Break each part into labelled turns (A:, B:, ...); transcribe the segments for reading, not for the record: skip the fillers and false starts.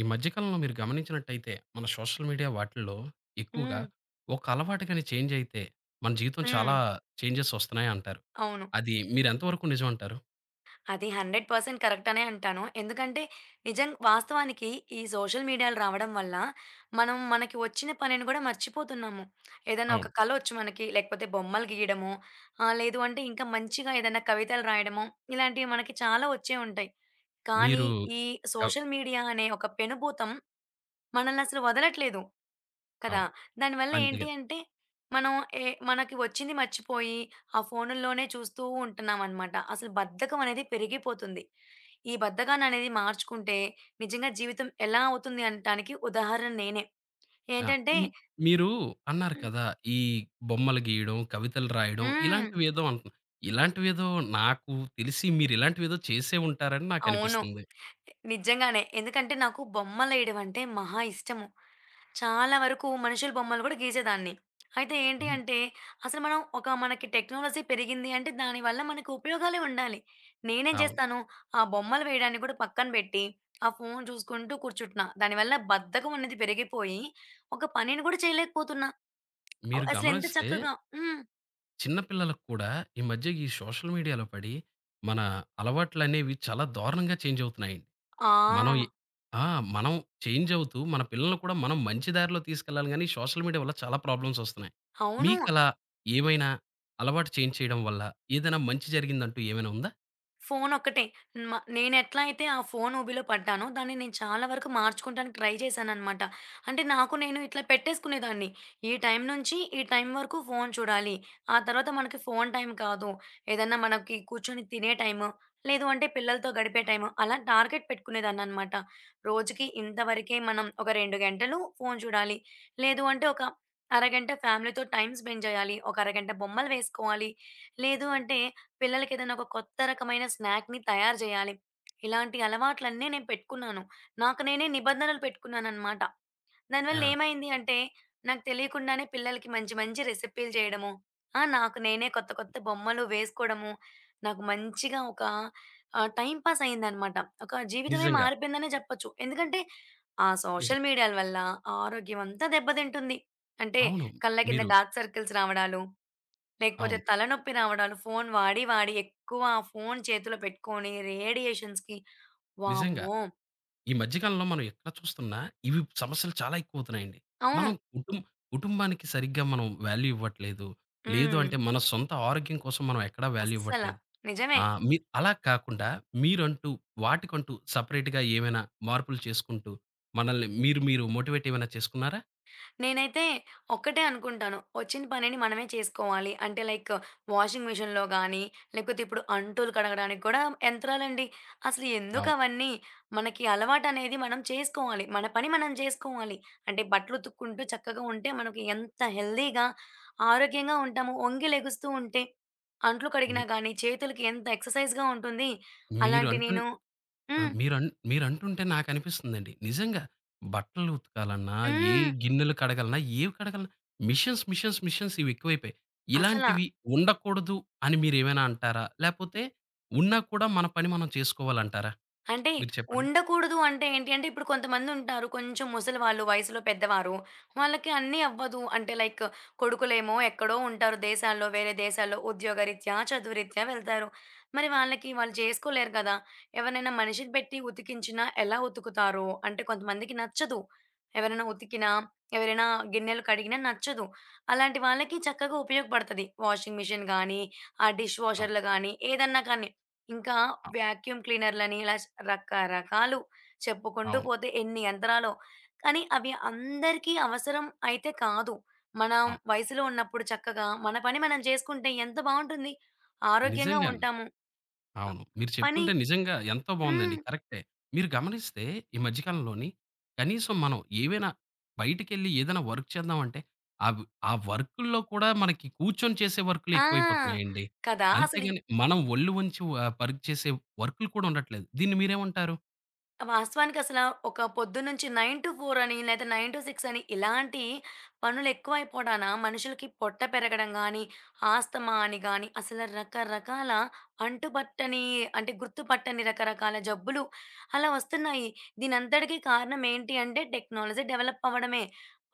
A: ఈ మధ్య కాలంలో మీరు గమనించినట్టయితే, మన సోషల్ మీడియా వాటిల్లో ఎక్కువగా
B: హ్మ్.
A: ఒక అలవాటు గాని చేంజ్ అయితే, మన జీవితం
B: హ్మ్.
A: చాలా చేంజెస్ వస్తున్నాయి అంటారు.
B: అవును.
A: అది మీరెంత వరకు నిజం అంటారు?
B: అది 100% కరెక్ట్ అనే అంటాను. ఎందుకంటే నిజం వాస్తవానికి ఈ సోషల్ మీడియాలు రావడం వల్ల మనం మనకి వచ్చిన పనిని కూడా మర్చిపోతున్నాము. ఏదైనా ఒక
A: అవును.
B: కలొచ్చు మనకి లేకపోతే బొమ్మలు గీయడమో, లేదు అంటే ఇంకా మంచిగా ఏదైనా కవితలు రాయడమో ఇలాంటివి మనకి చాలా వచ్చే ఉంటాయి. కానీ
A: మీరు
B: ఈ
A: కవ్
B: సోషల్ మీడియా అనే ఒక పెనుభూతం మనల్ని అసలు వదలట్లేదు. కదా!
A: అవును.
B: దానివల్ల
A: అంతే
B: ఏంటి
A: కదా!
B: అంటే, మనం ఏ మనకి వచ్చింది మర్చిపోయి, ఆ ఫోనుల్లోనే చూస్తూ ఉంటున్నామనమాట. అసలు బద్ధకం అనేది పెరిగిపోతుంది. ఈ బద్ధకాన్ని అనేది మార్చుకుంటే, నిజంగా జీవితం ఎలా అవుతుంది అనటానికి ఉదాహరణ నేనే.
A: ఆ!
B: ఏంటంటే
A: హ్మ్. మీరు అన్నారు కదా! ఈ బొమ్మలు గీయడం, కవితలు రాయడం
B: హ్మ్.
A: ఇలాంటివేదో నాకు తెలిసి మీరిలాంటివేదో చేసే ఉంటారని
B: అవును.
A: నాకనిపిస్తుంది.
B: నిజంగానే. ఎందుకంటే నాకు బొమ్మలేయడం అంటే మహా ఇష్టము. చాలా వరకు మనుషుల బొమ్మలు గూడా గీసేదాన్ని. అయితే ఏంటి
A: హ్మ్.
B: అంటే, అసలు మనం ఒక మనకి టెక్నాలజీ పెరిగింది అంటే దాని వల్ల మనకు ఉపయోగాలే ఉండాలి. నేనేం
A: అవును.
B: చేస్తాను, ఆ బొమ్మలు వేయడాన్ని గూడా పక్కన పెట్టి, ఆ ఫోను చూసుకుంటూ కూర్చుంటున్నా. దానివల్ల బద్ధకం అనేది పెరిగిపోయి, ఒక పనిని గూడా చేయలేకపోతున్నా.
A: మీరు
B: అసలు ఎంత
A: గమనిస్తే
B: చక్కగా హ్మ్.
A: చిన్న పిల్లలకు కూడా ఈ మధ్య ఈ సోషల్ మీడియాలో పడి, మన అలవాట్లనేవి చాలా దారుణంగా చేంజ్ అవుతున్నాయండి. మనం ఎ
B: ఆ!
A: ఆ! మనం చేంజ్ అవుతూ మన పిల్లల్ని కూడా మనం మంచి దారిలో తీసుకెళ్ళాలి గానీ, సోషల్ మీడియా వల్ల చాలా ప్రాబ్లమ్స్ వస్తున్నాయి.
B: అవును.
A: మీకలా ఏమైనా అలవాటు చేంజ్ చేయడం వల్ల ఏదైనా మంచి జరిగిందంటూ ఏమైనా ఉందా?
B: ఫోనొక్కటే. నేనెట్లా అయితే ఆ ఫోను ఊబిలో పడ్డానో, దాన్ని నేను చాలా వరకు మార్చుకోవడానికి ట్రై చేశాననమాట. అంటే, నాకు నేను ఇట్లా పెట్టేసుకునేదాన్ని. ఈ టైం నుంచి, ఈ టైం వరకు ఫోను చూడాలి. ఆ తర్వాత మనకి ఫోను టైం కాదు. ఏదన్నా మనకి కూర్చొని తినే టైము, లేదు అంటే పిల్లలతో గడిపే టైము, అలా టార్గెట్ పెట్టుకునేదాన్ననమాట. రోజుకి ఇంతవరకే మనం ఒక 2 గంటలు ఫోను చూడాలి. లేదు అంటే ఒక అరగంట ఫ్యామిలీతో టైమ్ స్పెండ్ చేయాలి. ఒక అరగంట బొమ్మలు వేసుకోవాలి. లేదు అంటే పిల్లలకేదైనా ఒక కొత్త రకమైన స్నాక్‌ని తయారు జేయాలి. ఇలాంటి అలవాట్లన్నీ నేను పెట్టుకున్నాను. నాకు నేనే నిబంధనలు పెట్టుకున్నాననమాట. దానివల్ల
A: ఆ!
B: ఏమైంది అంటే, నాకు తెలియకుండానే పిల్లలకి మంచి మంచి రెసిపీలు చేయడము, ఆ! నాకు నేనే కొత్త కొత్త బొమ్మలు వేసుకోవడము, నాకు మంచిగా ఒక టైమ్ పాస్ అయిందనమాట. ఒక జీవితమే
A: నిజంగా.
B: మారిపోయిందనే చెప్పొచ్చు. ఎందుకంటే, ఆ
A: నిజం.
B: సోషల్ మీడియాల వల్ల ఆరోగ్యం అంతా దెబ్బతింటుంది. అంటే
A: అవును.
B: కళ్ళ కింద
A: మీరు
B: డార్క్ సర్కిల్స్ రావడాలు లేకపోతే
A: అవును.
B: తలనొప్పి రావడాలు ఫోను వాడి, వాడి ఎక్కువ ఆ ఫోను చేతిలో పెట్టుకొని రేడియేషన్స్‌కి
A: నిజంగా.
B: వామ్మో!
A: ఈ మధ్య కాలంలో మనం ఎక్కడ చూస్తున్నా ఇవి సమస్యలు చాలా ఎక్కువవుతున్నాయండి.
B: అవును.
A: మనం కుటుంబానికి సరిగ్గా మనం వాల్యూ ఇవ్వట్లేదు. లేదు
B: హ్మ్.
A: అంటే మన సొంత ఆరోగ్యం కోసం మనం ఎక్కడా వాల్యూ
B: అస్సల.
A: ఇవ్వట్లేదు.
B: నిజమే.
A: మీ అలా కాకుండా మీరంటూ వాటికంటూ సెపరేట్‌గా ఏమైనా మార్పులు చేసుకుంటూ మనల్ని మీరు మీరు మోటివేట్ ఏమైనా చేసుకున్నారా?
B: నేనైతే ఒక్కటే అనుకుంటాను. వచ్చిన పనిని మనమే చేసుకోవాలి. అంటే లైక్ వాషింగ్ మిషన్‌లో గానీ, లేకపోతే ఇప్పుడు అంట్లు కడగడానికి కూడా యంత్రాలండి. అసలు
A: అవును.
B: ఎందుకవన్నీ? మనకి అలవాటనేది మనం చేసుకోవాలి. మన పని మనం చేసుకోవాలి. అంటే బట్టలు ఉతుక్కుంటూ చక్కగా ఉంటే మనకి ఎంత హెల్తీగా, ఆరోగ్యంగా ఉంటాము. వంగి లెగుస్తూ ఉంటే అంట్లు కడిగినా
A: హ్మ్.
B: గానీ చేతులకి ఎంత ఎక్సర్‌సైజ్‌గా ఉంటుంది.
A: మీరు
B: అలాంటి
A: అంటున్
B: నేను
A: ఆ!
B: హ్మ్.
A: మీరన్ మీరంటుంటే నాకనిపిస్తుందండి. నిజంగా బట్టలు ఉతకాలన్నా, ఏ
B: హ్మ్.
A: గిన్నెలు కడగాలన్నా, ఏవి కడగాలన్నా మిషన్స్, మిషన్స్, మిషన్స్ ఇవి ఎక్కువైపోయాయి.
B: అసల
A: ఇలాంటివి ఉండకూడదు అని మీరేమైనా అంటారా? లేపోతే ఉన్నా కూడా మన పని మనం చేసుకోవాలంటారా?
B: అంటే
A: మీరు చెప్పండి.
B: ఉండకూడదు అంటే ఏంటి అంటే, ఇప్పుడు కొంతమందుంటారు. కొంచెం ముసలివాళ్ళు, వయసులో పెద్దవారు. వాళ్ళకి అన్నీ అవ్వదు. అంటే లైక్ కొడుకులేమో ఎక్కడో ఉంటారు దేశాల్లో, వేరే దేశాల్లో ఉద్యోగరీత్యా, చదువురీత్యా వెళ్తారు. మరి వాళ్ళకి వాళ్ళు చేసుకోలేరు కదా! ఎవరినైనా మనిషిని పెట్టి ఉతికించినా ఎలా ఉతుకుతారో? అంటే కొంతమందికి నచ్చదు. ఎవరైనా ఉతికినా, ఎవరైనా గిన్నెలు కడిగినా నచ్చదు. అలాంటి వాళ్ళకి చక్కగా ఉపయోగపడతది. వాషింగ్ మిషన్ గానీ, ఆ డిష్
A: అవును.
B: వాషర్‌లు గానీ, ఏదన్నా కానీ. ఇంకా
A: అవును.
B: వాక్యూమ్ క్లీనర్‌లని ఇలా రకరకాలు చెప్పుకుంటూ
A: అవును.
B: పోతే ఎన్ని యంత్రాలో. కానీ అవి అందరికీ అవసరం అయితే కాదు. మనం
A: అవును.
B: వయసులో ఉన్నప్పుడు చక్కగా మన పని మనం చేసుకుంటే ఎంత బావుంటుంది. ఆరోగ్యంగా
A: నిజంగానే.
B: ఉంటాము.
A: అవును. మీరు
B: పని
A: చెప్తుంటే నిజంగా ఎంతో బావుందండి.
B: హ్మ్.
A: కరెక్టే. మీరు గమనిస్తే ఈ మధ్య కాలంలోని కనీసం మనం ఏవైనా బయటికెళ్ళి ఏదైనా వర్క్ చేద్దామంటే అవ్ ఆ వ్- ఆ వర్కుల్లో కూడా మనకి కూర్చొని చేసే వర్కులే
B: ఆ!
A: ఎక్కువైపోతున్నాయండి.
B: కదా! అసలు
A: అంతేగాని మనం ఒళ్ళు వంచి పరుగు చేసే వర్కులు కూడా ఉండట్లేదు. దీన్ని మీరేమంటారు?
B: వాస్తవానికసల ఒక పొద్దున్నుంచి 9-4 అని, లేతే 9-6 అని ఇలాంటి పనులెక్కువైపోవడాన మనుషులకి పొట్ట పెరగడం గానీ, ఆస్తమా అని గానీ, అసలు రకరకాల అంటుపట్టని అంటే గుర్తుపట్టని రకరకాల జబ్బులు అలా వస్తున్నాయి. దీనంతటికీ కారణం ఏంటి అంటే టెక్నాలజీ డెవలప్ అవ్వడమే.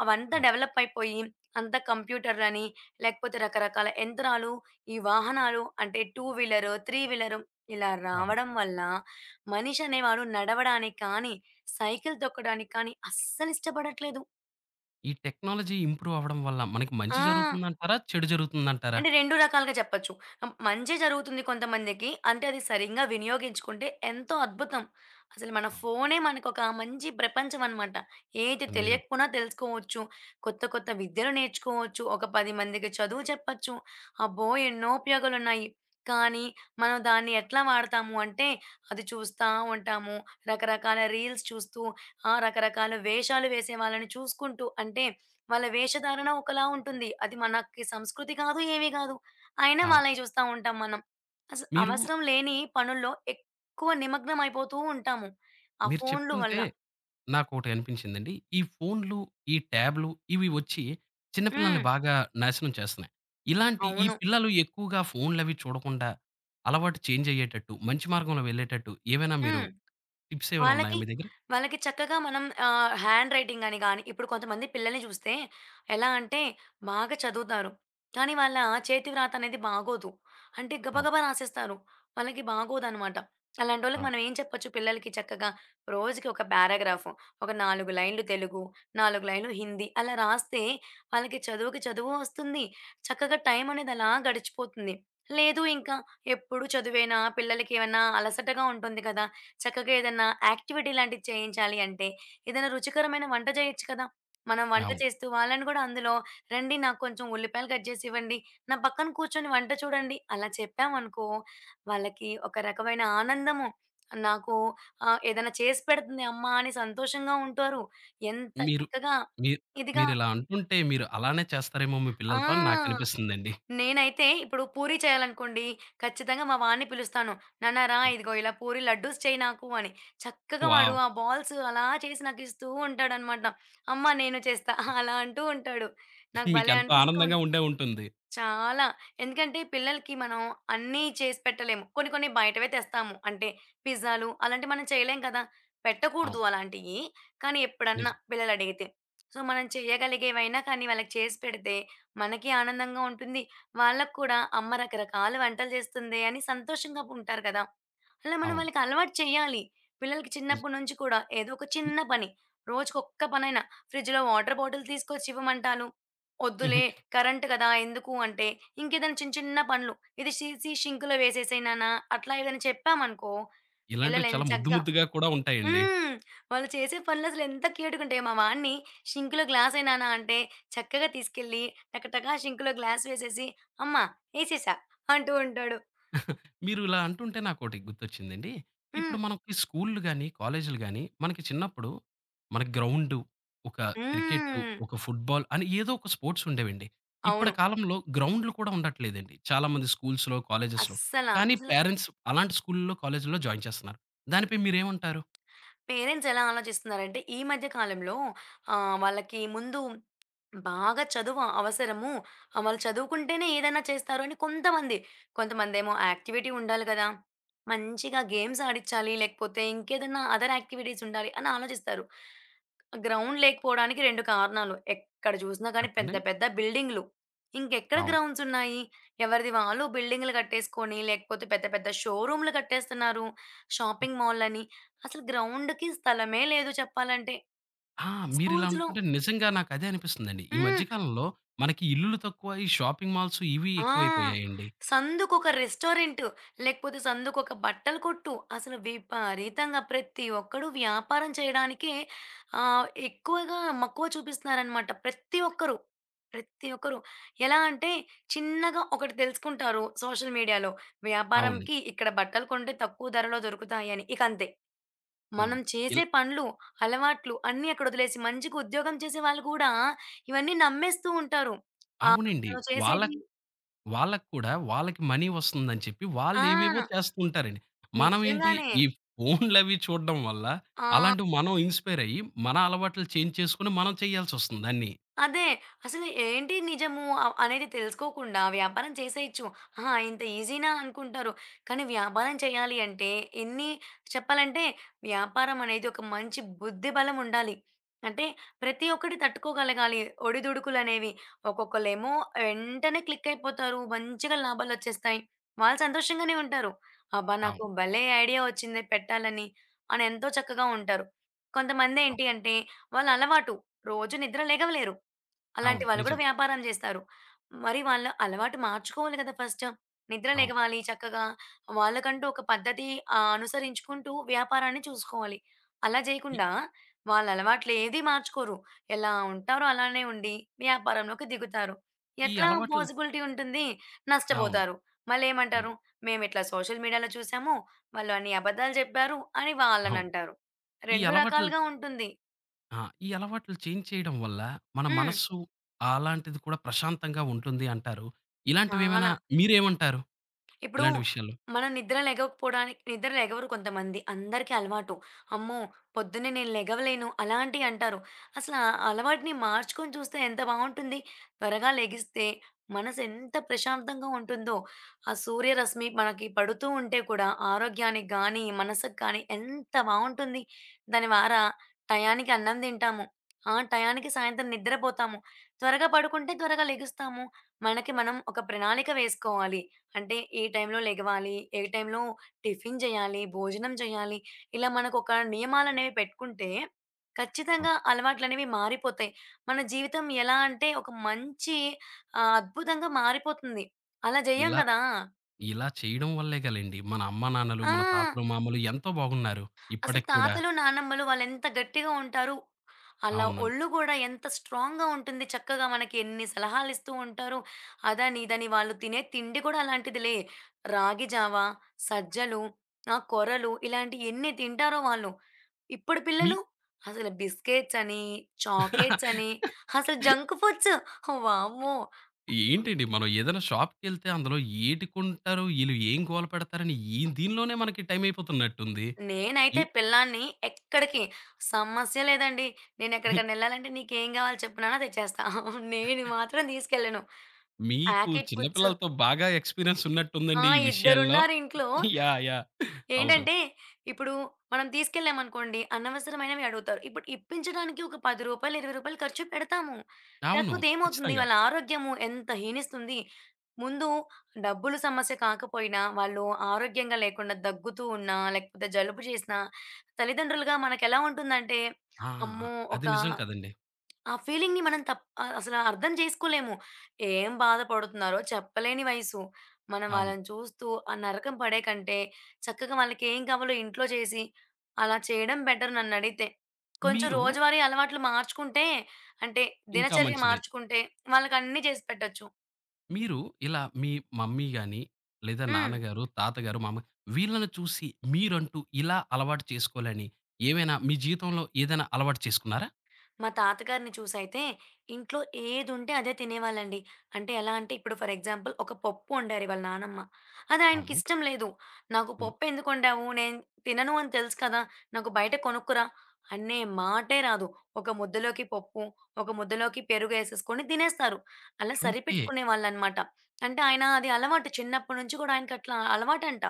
B: అవంతా
A: అవును.
B: డెవలప్ అయిపోయి అంతా కంప్యూటర్లని, లేకపోతే రకరకాల యంత్రాలు, ఈ వాహనాలు అంటే 2 వీలరు, 3 వీలరు ఇలా
A: అవును.
B: రావడం వల్ల మనిషి అనేవాడు నడవడానికి కానీ, సైకిల్ తొక్కడానికి కానీ అస్సలిష్టపడట్లేదు.
A: ఈ టెక్నాలజీ ఇంప్రూవ్ అవ్వడం వల్ల మనకి మంచి
B: ఆ!
A: జరుగుతుందంటారా? చెడు జరుగుతుందంటారా?
B: అంటే 2 రకాలుగా చెప్పొచ్చు. మంచే జరుగుతుంది కొంతమందికి. అంటే అది సరింగా వినియోగించుకుంటే ఎంతో అద్భుతం. అసలు మన
A: అవును.
B: ఫోనే మనకొక మంచి ప్రపంచం అనమాట. ఏది
A: నిజం.
B: తెలియకపోయినా తెలుసుకోవచ్చు. కొత్త కొత్త విద్యలు నేర్చుకోవచ్చు. ఒక 10 మందికి చదువు చెప్పొచ్చు. అబ్బో! ఎన్నో ఉపయోగాలున్నాయి. కానీ మనం దాన్ని ఎట్లా వాడతాము అంటే అది చూస్తా ఉంటాము. రకరకాల రీల్స్ చూస్తూ, ఆ రకరకాల వేషాలు వేసే వాళ్ళని చూసుకుంటూ అంటే వాళ్ళ వేషధారణ ఒకలా ఉంటుంది. అది మనకి సంస్కృతి కాదు, ఏమీ కాదు. అయినా
A: అవును.
B: వాళ్ళయి చూస్తా ఉంటాం మనం.
A: మీరు
B: అవసరం లేని పనుల్లో ఎక్కువ నిమగ్నమైపోతూ ఉంటాము. ఆ
A: మీరు
B: ఫోన్‌లు వల్ల.
A: చెప్తుంటే నాకొకటి అనిపించిందండి. ఈ ఫోన్‌లు, ఈ ట్యాబ్‌లు ఇవి వచ్చి చిన్న పిల్లల్ని
B: హ్మ్.
A: బాగా నాశనం చేస్తున్నాయి. ఇలాంటి ఈ
B: అవును.
A: పిల్లలు ఎక్కువగా ఫోన్‌లవి చూడకుండా అలవాటు చేంజ్ అయ్యేటట్టు, మంచి మార్గంలో వెళ్ళేటట్టు ఏవైనా మీరు
B: హ్మ్.
A: టిప్స్ ఏమైనా ఉన్నాయా
B: వాళ్ళకి,
A: మీ దగ్గర?
B: వాళ్ళకి చక్కగా మనం హ్యాండ్ రైటింగ్ అని గాని, ఇప్పుడు కొంతమంది పిల్లల్ని చూస్తే ఎలా అంటే బాగా చదువుతారు. కానీ వాళ్ళ చేతి వ్రాత అనేది బాగోదు. అంటే
A: అవును.
B: గబగబా రాసేస్తారు. వాళ్ళకి బాగోదనమాట. అలాంటోళ్ళకి
A: అవును.
B: మనం ఏం చెప్పొచ్చు పిల్లలకి చక్కగా రోజుకి ఒక పారాగ్రాఫ్, ఒక 4 లైన్‌లు తెలుగు, 4 లైన్‌లు హిందీ అలా రాస్తే వాళ్ళకి చదువుకి చదువు వస్తుంది. చక్కగా టైం అనేది అలా గడిచిపోతుంది. లేదు ఇంకా ఎప్పుడు చదువేనా పిల్లలకి ఏమన్నా అలసటగా ఉంటుంది కదా! చక్కగా ఏదన్నా యాక్టివిటీ లాంటిది చేయించాలి అంటే, ఏదైనా రుచికరమైన వంట జేయొచ్చు కదా! మనం వంట
A: అవును.
B: చేస్తూ వాళ్ళని గూడా అందులో "రండి నాకు కొంచెం ఉల్లిపాయలు కట్ జేసి ఇవ్వండి. నా పక్కన కూర్చొని వంట చూడండి" అలా చెప్పామనుకో వాళ్ళకి ఒక రకమైన ఆనందము. నాకు ఏదైనా చేసి పెడుతుంది అమ్మ అని సంతోషంగా ఉంటారు. ఎంత
A: మీరు
B: చక్కగా
A: మీ
B: ఇదిగా
A: మీరిలా అంటుంటే మీరు అలానే చేస్తారేమో మీ
B: ఆ!
A: పిల్లలతో అని నాకనిపిస్తుందండి.
B: నేనైతే ఇప్పుడు పూరి చేయాలనుకోండి, ఖచ్చితంగా మా వాడిని పిలుస్తాను. "నాన్న రా ఇదిగో ఇలా పూరి లడ్డూస్ చెయి నాకు" అని. చక్కగా వాడు
A: వావ్!
B: ఆ బాల్స్ అలా చేసి నాకిస్తూ ఉంటాడనమాట. "అమ్మ నేను చేస్తా" అలా అంటూ ఉంటాడు. నాకు భలే
A: మీకెంతో
B: అనిపిస్తూ
A: ఆనందంగా
B: ఉంటుంది.
A: ఉండే ఉంటుంది.
B: చాలా. ఎందుకంటే పిల్లలకి మనం అన్నీ చేసి పెట్టలేము. కొన్ని కొన్ని బయటవే తెస్తాము. అంటే పిజ్జాలు అలాంటివి మనం చేయలేం కదా! పెట్టకూడదు
A: అవును.
B: అలాంటియి. కానీ ఎప్పుడన్నా
A: నిజం.
B: పిల్లలు అడిగితే. సో, మనం చేయగలిగేవైనా కానీ వాళ్ళకి చేసి పెడితే మనకి ఆనందంగా ఉంటుంది. వాళ్ళకి కూడా అమ్మ రకరకాల వంటలు చేస్తుందే అని సంతోషంగా ఉంటారు కదా! అలా మనం
A: అవును.
B: వాళ్ళకి అలవాటు చేయాలి. పిల్లలకి
A: నిజం.
B: చిన్నప్పటి నుంచి కూడా ఏదో ఒక చిన్న పని. రోజుకొక్క పనైనా ఫ్రిడ్జ్‌లో వాటర్ బాటిల్ తీసుకొచ్చి ఇవ్వమంటాను. "వద్దులే కరెంట్ కదా! ఎందుకు" అంటే ఇంకేదైనా చిన్న చిన్న పనులు. "ఇది తీసి షింక్‌లో వేసేసేయి నాన్న" అట్లా ఏదైనా చెప్పామనుకో పిల్లలు
A: ఇలాంటివి చాలా ముద్దు
B: ఎంచక్కా
A: ముద్దుగా కూడా ఉంటాయండి.
B: హ్మ్. వాళ్ళు చేసే పనులు అసలు ఎంత క్యూట్‌గా ఉంటాయో. మా వాడిని "షింక్‌లో గ్లాస్ ఎయి నాన్న" అంటే చక్కగా తీసుకెళ్ళి టకటకా షింక్‌లో గ్లాస్ వేసేసి "అమ్మ! ఏసేసా" అంటూ ఉంటాడు.
A: మీరు ఇలా అంటుంటే నాకోటి గుర్తొచ్చిందండి.
B: హ్మ్.
A: ఇప్పుడు మనకి స్కూల్‌లు గాని, కాలేజీలు గాని మనకి చిన్నప్పుడు మన గ్రౌండు, ఒక క్రికెట్టు,
B: హ్మ్.
A: ఒక ఫుట్‌బాల్ అని ఏదో ఒక స్పోర్ట్స్ ఉండేవండి.
B: అవును.
A: ఇప్పటి కాలంలో గ్రౌండ్‌లు కూడా ఉండట్లేదండి. చాలామంది స్కూల్స్‌లో, కాలేజెస్‌లో.
B: అస్సల.
A: కానీ
B: అసల
A: పేరెంట్స్ అలాంటి స్కూల్‌లో, కాలేజీల్లో జాయిన్ చేస్తున్నారు. దానిపై మీరేమంటారు?
B: పేరెంట్స్ ఎలా ఆలోచిస్తున్నారంటే, ఈ మధ్య కాలంలో వాళ్ళకి ముందు బాగా చదువు అవసరము. వాళ్ళు చదువుకుంటేనే ఏదైనా చేస్తారు అని కొంతమంది. కొంతమందేమో యాక్టివిటీ ఉండాలి గదా! మంచిగా గేమ్స్ ఆడిచ్చాలి. లేకపోతే ఇంకేదన్నా అదర్ యాక్టివిటీస్ ఉండాలి అని ఆలోచిస్తారు. గ్రౌండ్ లేకపోవడానికి 2 కారణాలు. ఎక్కడ చూసినా గానీ పెద్ద
A: చెప్పండి.
B: పెద్ద బిల్డింగ్‌లు. ఇంకెక్కడ
A: అవును.
B: గ్రౌండ్స్ ఉన్నాయి? ఎవరిది వాళ్ళు బిల్డింగ్‌లు కట్టేసుకొని, లేకపోతే పెద్ద పెద్ద షోరూమ్‌లు కట్టేస్తున్నారు. షాపింగ్ మాల్‌లని. అసలు గ్రౌండ్‌కి స్థలమే లేదు చెప్పాలంటే.
A: ఆ! మీరిలా
B: స్కూల్స్‌లో
A: అంటుంటే నిజంగా నాకదే అనిపిస్తుందండి. ఈ మధ్య
B: హ్మ్.
A: కాలంలో మనకి ఇల్లులు తక్కువ, ఈ షాపింగ్ మాల్స్ ఇవి
B: ఆ!
A: ఎక్కువైపోయాయండి.
B: సందుకొక రెస్టారెంటు, లేకపోతే సందుకొక బట్టల కొట్టు. అసలు విపరీతంగా ప్రతి ఒక్కడు వ్యాపారం చేయడానికే ఎక్కువగా మక్కువ చూపిస్తున్నారనమాట. ప్రతి ఒక్కరు. ప్రతి ఒక్కరు. ఎలా అంటే చిన్నగా ఒకటి తెలుసుకుంటారు సోషల్ మీడియాలో.
A: అవును.
B: వ్యాపారంకి ఇక్కడ బట్టలు కొంటే తక్కువ ధరలో దొరుకుతాయని. ఇక అంతే.
A: హ్మ్.
B: మనం చేసే
A: ఇల్
B: పనులు, అలవాట్లు అన్నీ అక్కడ వదిలేసి మంచిగా ఉద్యోగం చేసే వాళ్ళు కూడా ఇవన్నీ నమ్మేస్తూ ఉంటారు. ఆహ్,
A: అవునండి.
B: తను
A: వాళ్ళ
B: చేసేది
A: వాళ్ళకి కూడా వాళ్ళకి మనీ వస్తుందని చెప్పి
B: ఆ!
A: వాళ్ళేవేవో చేస్తూ ఉంటారండి. మనమేంటి
B: నిజంగానే.
A: ఈ ఫోన్‌లవి చూడడం వల్ల
B: ఆ!
A: అలాంటివి మనం ఇన్‌స్పైర్ అయ్యి, మన అలవాట్లు చేంజ్ చేసుకొని మనం చేయాల్సొస్తుంది అన్నీ.
B: అదే. అసలు ఏంటి నిజము అనేది తెలుసుకోకుండా వ్యాపారం చేసేయచ్చు. ఆహా! ఇంత ఈజీనా అనుకుంటారు. కానీ వ్యాపారం చేయాలి అంటే ఎన్ని చెప్పాలంటే వ్యాపారం అనేది ఒక మంచి బుద్ధి బలం ఉండాలి. అంటే ప్రతి ఒక్కటి తట్టుకోగలగాలి. ఒడిదుడుకులనేవి. ఒక్కొక్కళ్ళేమో వెంటనే క్లిక్ అయిపోతారు. మంచిగా లాభాలొచ్చేస్తాయి. వాళ్ళు సంతోషంగానే ఉంటారు. అబ్బా! నాకు
A: అవును.
B: భలే ఐడియా వచ్చిందే పెట్టాలని అని ఎంతో చక్కగా ఉంటారు. కొంతమందేంటి
A: అవును.
B: అంటే వాళ్ళ అలవాటు. రోజు నిద్ర లెగవలేరు. అలాంటి
A: అవును.
B: వాళ్ళు కూడా
A: నిజం.
B: వ్యాపారం జేస్తారు. మరి వాళ్ళ అలవాటు మార్చుకోవాలి గదా! ఫస్ట్. నిద్ర
A: అవును.
B: లెగవాలి చక్కగా. వాళ్ళకంటూ ఒక పద్ధతి అనుసరించుకుంటూ వ్యాపారాన్ని చూసుకోవాలి. అలా
A: ఈ
B: జేయకుండా వాళ్ళ అలవాట్లు ఏది మార్చుకోరు. ఎలా ఉంటారో అలానే ఉండి వ్యాపారంలోకి దిగుతారు.
A: ఈ
B: ఎట్లా
A: అలవాట్లు
B: పాజిబిలిటీ ఉంటుంది?
A: అవును.
B: నష్టపోతారు.
A: హ్మ్.
B: మళ్ళేమంటారు, మేమిట్లా సోషల్ మీడియాలో చూసాము. వాళ్ళు అన్ని అబద్దాలు జెప్పారు అని
A: అవును.
B: వాళ్ళనంటారు.
A: ఈ
B: 2
A: అలవాట్లు
B: రకాలుగా ఉంటుంది.
A: ఆ! ఈ అలవాట్లు చేంజ్ చేయడం వల్ల మన
B: హ్మ్.
A: మనస్సు అలాంటిది కూడా ప్రశాంతంగా ఉంటుంది అంటారు. ఇలాంటివేమైనా
B: చాలా.
A: మీరేమంటారు
B: ఇప్పుడు
A: ఇలాంటి విషయాల్లో?
B: మనం నిద్ర లెగకపోవడానికి నిద్ర లెగవరు కొంతమంది. అందరికీ అలవాటు. అమ్మో! పొద్దున్నే నేను లెగవలేను అలాంటియి అంటారు. అసలు ఆ అలవాటుని మార్చుకొని చూస్తే ఎంత బావుంటుంది. త్వరగా లెగిస్తే మనసు ఎంత ప్రశాంతంగా ఉంటుందో. ఆ సూర్యరశ్మి మనకి పడుతూ ఉంటే కూడా ఆరోగ్యానికి గానీ, మనసుకు కానీ ఎంత బావుంటుంది. దాని ద్వారా టయానికి అన్నం తింటాము. ఆ! టయానికి సాయంత్రం నిద్రపోతాము. త్వరగా పడుకుంటే త్వరగా లెగుస్తాము. మనకి మనం ఒక ప్రణాళిక వేసుకోవాలి. అంటే ఏ టైంలో లెగవాలి, ఏ టైంలో టిఫిన్ చేయాలి, భోజనం చేయాలి, ఇలా మనకొక నియమాలనేవి పెట్టుకుంటే
A: అవును.
B: ఖచ్చితంగా అలవాట్లనేవి మారిపోతాయి. మన జీవితం ఎలా అంటే ఒక మంచి అద్భుతంగా మారిపోతుంది. అలా జేయం
A: ఇలా
B: గదా!
A: ఇలా చేయడం వల్లే గలండి మన అమ్మానాన్నలు,
B: ఆ!
A: మన తాతలు, మామలు ఎంతో బాగున్నారు.
B: అసలు
A: ఇప్పటికి కూడా.
B: తాతలు, నానమ్మలు వాళ్ళెంత గట్టిగా ఉంటారు. అలా
A: అవునండి.
B: ఒళ్ళు గూడా ఎంత స్ట్రాంగ్‌గా ఉంటుంది. చక్కగా మనకి ఎన్ని సలహాలిస్తూ ఉంటారు. అదని, ఇదని వాళ్ళు తినే తిండి కూడా అలాంటిదిలే. రాగి జావా, సజ్జలు, కొరలు ఇలాంటియి ఎన్ని తింటారో వాళ్ళు. ఇప్పుడు
A: మీ
B: పిల్లలు అసలు బిస్కెట్స్ అని, చాక్లెట్స్ అని, అసలు జంక్ ఫుడ్స్ వామ్మో!
A: ఏంటండి మనం ఏదైనా షాప్‌కెళ్తే అందులో ఏటి కొంటారు, ఈళ్ళు ఏం గోల పెడతారని ఈ దీనిలోనే మనకి టైం అయిపోతున్నట్టుంది.
B: నేనైతే
A: ఇం
B: పిల్లాడిని ఎక్కడికి సమస్య లేదండి. నేనెక్కడికైనా ఎళ్ళాలంటే నీకేం గావాలి చెప్పు నాన్న తెచ్చేస్తా. నేను మాత్రం తీసుకెళ్ళను.
A: మీకు
B: ప్యాకెట్
A: చిన్న
B: ఫుడ్స్
A: పిల్లలతో బాగా ఎక్స్‌పీరియన్స్
B: ఆ!
A: ఉన్నట్టుందండి ఈ విషయాల్లో.
B: ఇద్దరున్నారు ఇంట్లో.
A: యాహ్! యాహ్! అవును.
B: ఏంటంటే, ఇప్పుడు మనం తీసుకెళ్ళామనుకోండి, అనవసరమైనవి అడుగుతారు. ఇప్పుడు ఇప్పించడానికి ఒక రూ. 10, రూ. 20 ఖర్చు పెడతాము.
A: అవును.
B: కాకపోతే ఏమవుతుంది,
A: ఖచ్చితంగా.
B: వాళ్ళ ఆరోగ్యము ఎంత హీనిస్తుంది. ముందు డబ్బులు సమస్య కాకపోయినా, వాళ్ళు ఆరోగ్యంగా లేకుండా దగ్గుతూ ఉన్నా, లేకపోతే జలుబు చేసినా, తల్లిదండ్రులుగా మనకెలా ఉంటుందంటే,
A: ఆ! ఆ!
B: అమ్మో! ఒక
A: అది నిజం కదండీ.
B: ఆ ఫీలింగ్‌ని మనం అసల అర్థం చేసుకోలేము. ఏం బాధపడుతున్నారో చెప్పలేని వయసు. మనం
A: అవును.
B: వాళ్ళని చూస్తూ ఆ నరకం పడే కంటే, చక్కగా వాళ్ళకేం కావాలో ఇంట్లో చేసి, అలా చేయడం బెటర్ నన్నడిగితే. కొంచెం
A: మీరు
B: రోజువారీ అలవాట్లు మార్చుకుంటే, అంటే
A: ఇంకా
B: దినచర్య
A: మంచిదే.
B: మార్చుకుంటే వాళ్ళకన్నీ చేసి పెట్టొచ్చు.
A: మీరు ఇలా మీ మమ్మీ గాని, లేదా
B: హ్మ్.
A: నాన్నగారు, తాతగారు, మామ వీళ్ళని చూసి మీరంటూ ఇలా అలవాటు చేసుకోవాలని ఏమైనా మీ జీవితంలో ఏదైనా అలవాటు చేసుకున్నారా?
B: మా తాతగారిని చూసైతే ఇంట్లో ఏదుంటే అదే తినేవాళ్ళండి. అంటే ఎలా అంటే ఇప్పుడు ఫర్ ఎగ్జాంపుల్ ఒక పప్పు వండారు వాళ్ళ నానమ్మ. అది
A: అవును.
B: ఆయనకిష్టం లేదు. "నాకు
A: హ్మ్.
B: పప్పెందుకొండావు? నేను తినను అని తెలుసు కదా! నాకు బయట కొనుక్కురా" అనే మాటే రాదు. ఒక ముద్దలోకి పప్పు, ఒక ముద్దలోకి పెరుగేసేసుకొని తినేస్తారు. అలా
A: ఓకే.
B: సరిపెట్టుకునేవాళ్ళనమాట. అంటే ఆయన అది అలవాటు చిన్నప్పటి నుంచి కూడా ఆయనకట్లా అలవాటంట.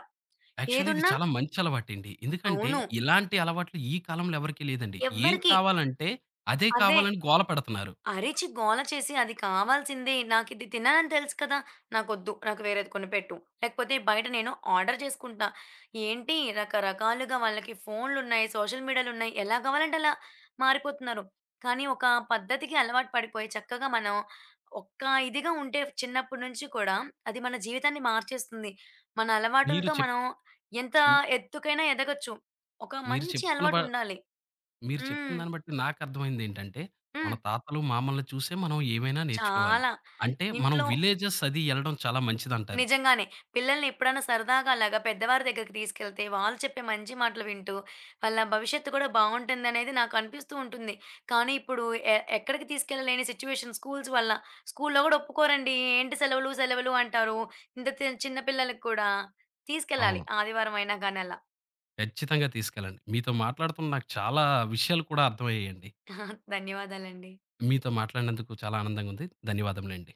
A: యాక్చువల్లీ ఇది
B: ఏదున్నా
A: చాలా మంచి అలవాటండి. ఎందుకంటే
B: అవును.
A: ఇలాంటి అలవాట్లు ఈ కాలంలో ఎవరికీ లేదండి. ఏం
B: ఎవ్వరికీ
A: కావాలంటే అదే
B: అదే.
A: కావాలని గోల పెడుతున్నారు.
B: అరిచి గోల చేసి అది కావాల్సిందే. నాకిది తిననని తెలుసు కదా! నాకొద్దు. నాకు వేరేది కొనిపెట్టు. లేకపోతే బయట నేను ఆర్డర్ చేసుకుంటా. ఏంటి రకరకాలుగా వాళ్ళకి ఫోన్‌లున్నాయి, సోషల్ మీడియాలున్నాయి. ఎలా కావాలంటే అలా మారిపోతున్నారు. కానీ ఒక పద్ధతికి అలవాటు పడిపోయి చక్కగా మనం ఒక్క ఇదిగా ఉంటే చిన్నప్పటి నుంచి కూడా అది మన జీవితాన్ని మార్చేస్తుంది. మన
A: మీరు
B: అలవాటులతో
A: చెప్
B: మనం ఎంత
A: హ్మ్.
B: ఎత్తుకైనా ఎదగొచ్చు. ఒక
A: మీరు
B: మంచి
A: చెప్తున్న బ
B: అలవాటుండాలి.
A: మీరు చెప్తున్న
B: హ్మ్.
A: దాన్ని బట్టి నాకర్థమైందేంటంటే
B: హ్మ్.
A: మన తాతలు, మామల్ని చూసే మనం ఏమైనా నేర్చుకోవాలి.
B: చాలా.
A: అంటే మనం
B: ఇంట్లో
A: విలేజెస్ అది ఎళ్ళడం చాలా మంచిదంటారు.
B: నిజంగానే. పిల్లల్ని ఎప్పుడన్నా సరదాగా అలాగా పెద్దవారి దగ్గరికి తీసుకెళ్తే, వాళ్ళు చెప్పే మంచి మాటలు వింటూ, వాళ్ళ భవిష్యత్తు కూడా బావుంటుందనేది నాకనిపిస్తూ ఉంటుంది. కానీ ఇప్పుడు ఎక్కడికి తీసుకెళ్ళలేని సిట్యుయేషన్ స్కూల్స్ వల్ల. స్కూల్‌లో గూడా ఒప్పుకోరండి. ఏంటి సెలవులు, సెలవులు అంటారు. ఇంత చిన్న పిల్లలకి కూడా. తీసుకెళ్ళాలి
A: అవును.
B: ఆదివారం అయినా గానీ అలా.
A: ఖచ్చితంగా తీసుకెళ్ళండి. మీతో మాట్లాడుతున్న నాకు చాలా విషయాలు కూడా అర్థమయ్యాయండి.
B: ధన్యవాదాలండి.
A: మీతో మాట్లాడినందుకు చాలా ఆనందంగా ఉంది. ధన్యవాదములండి.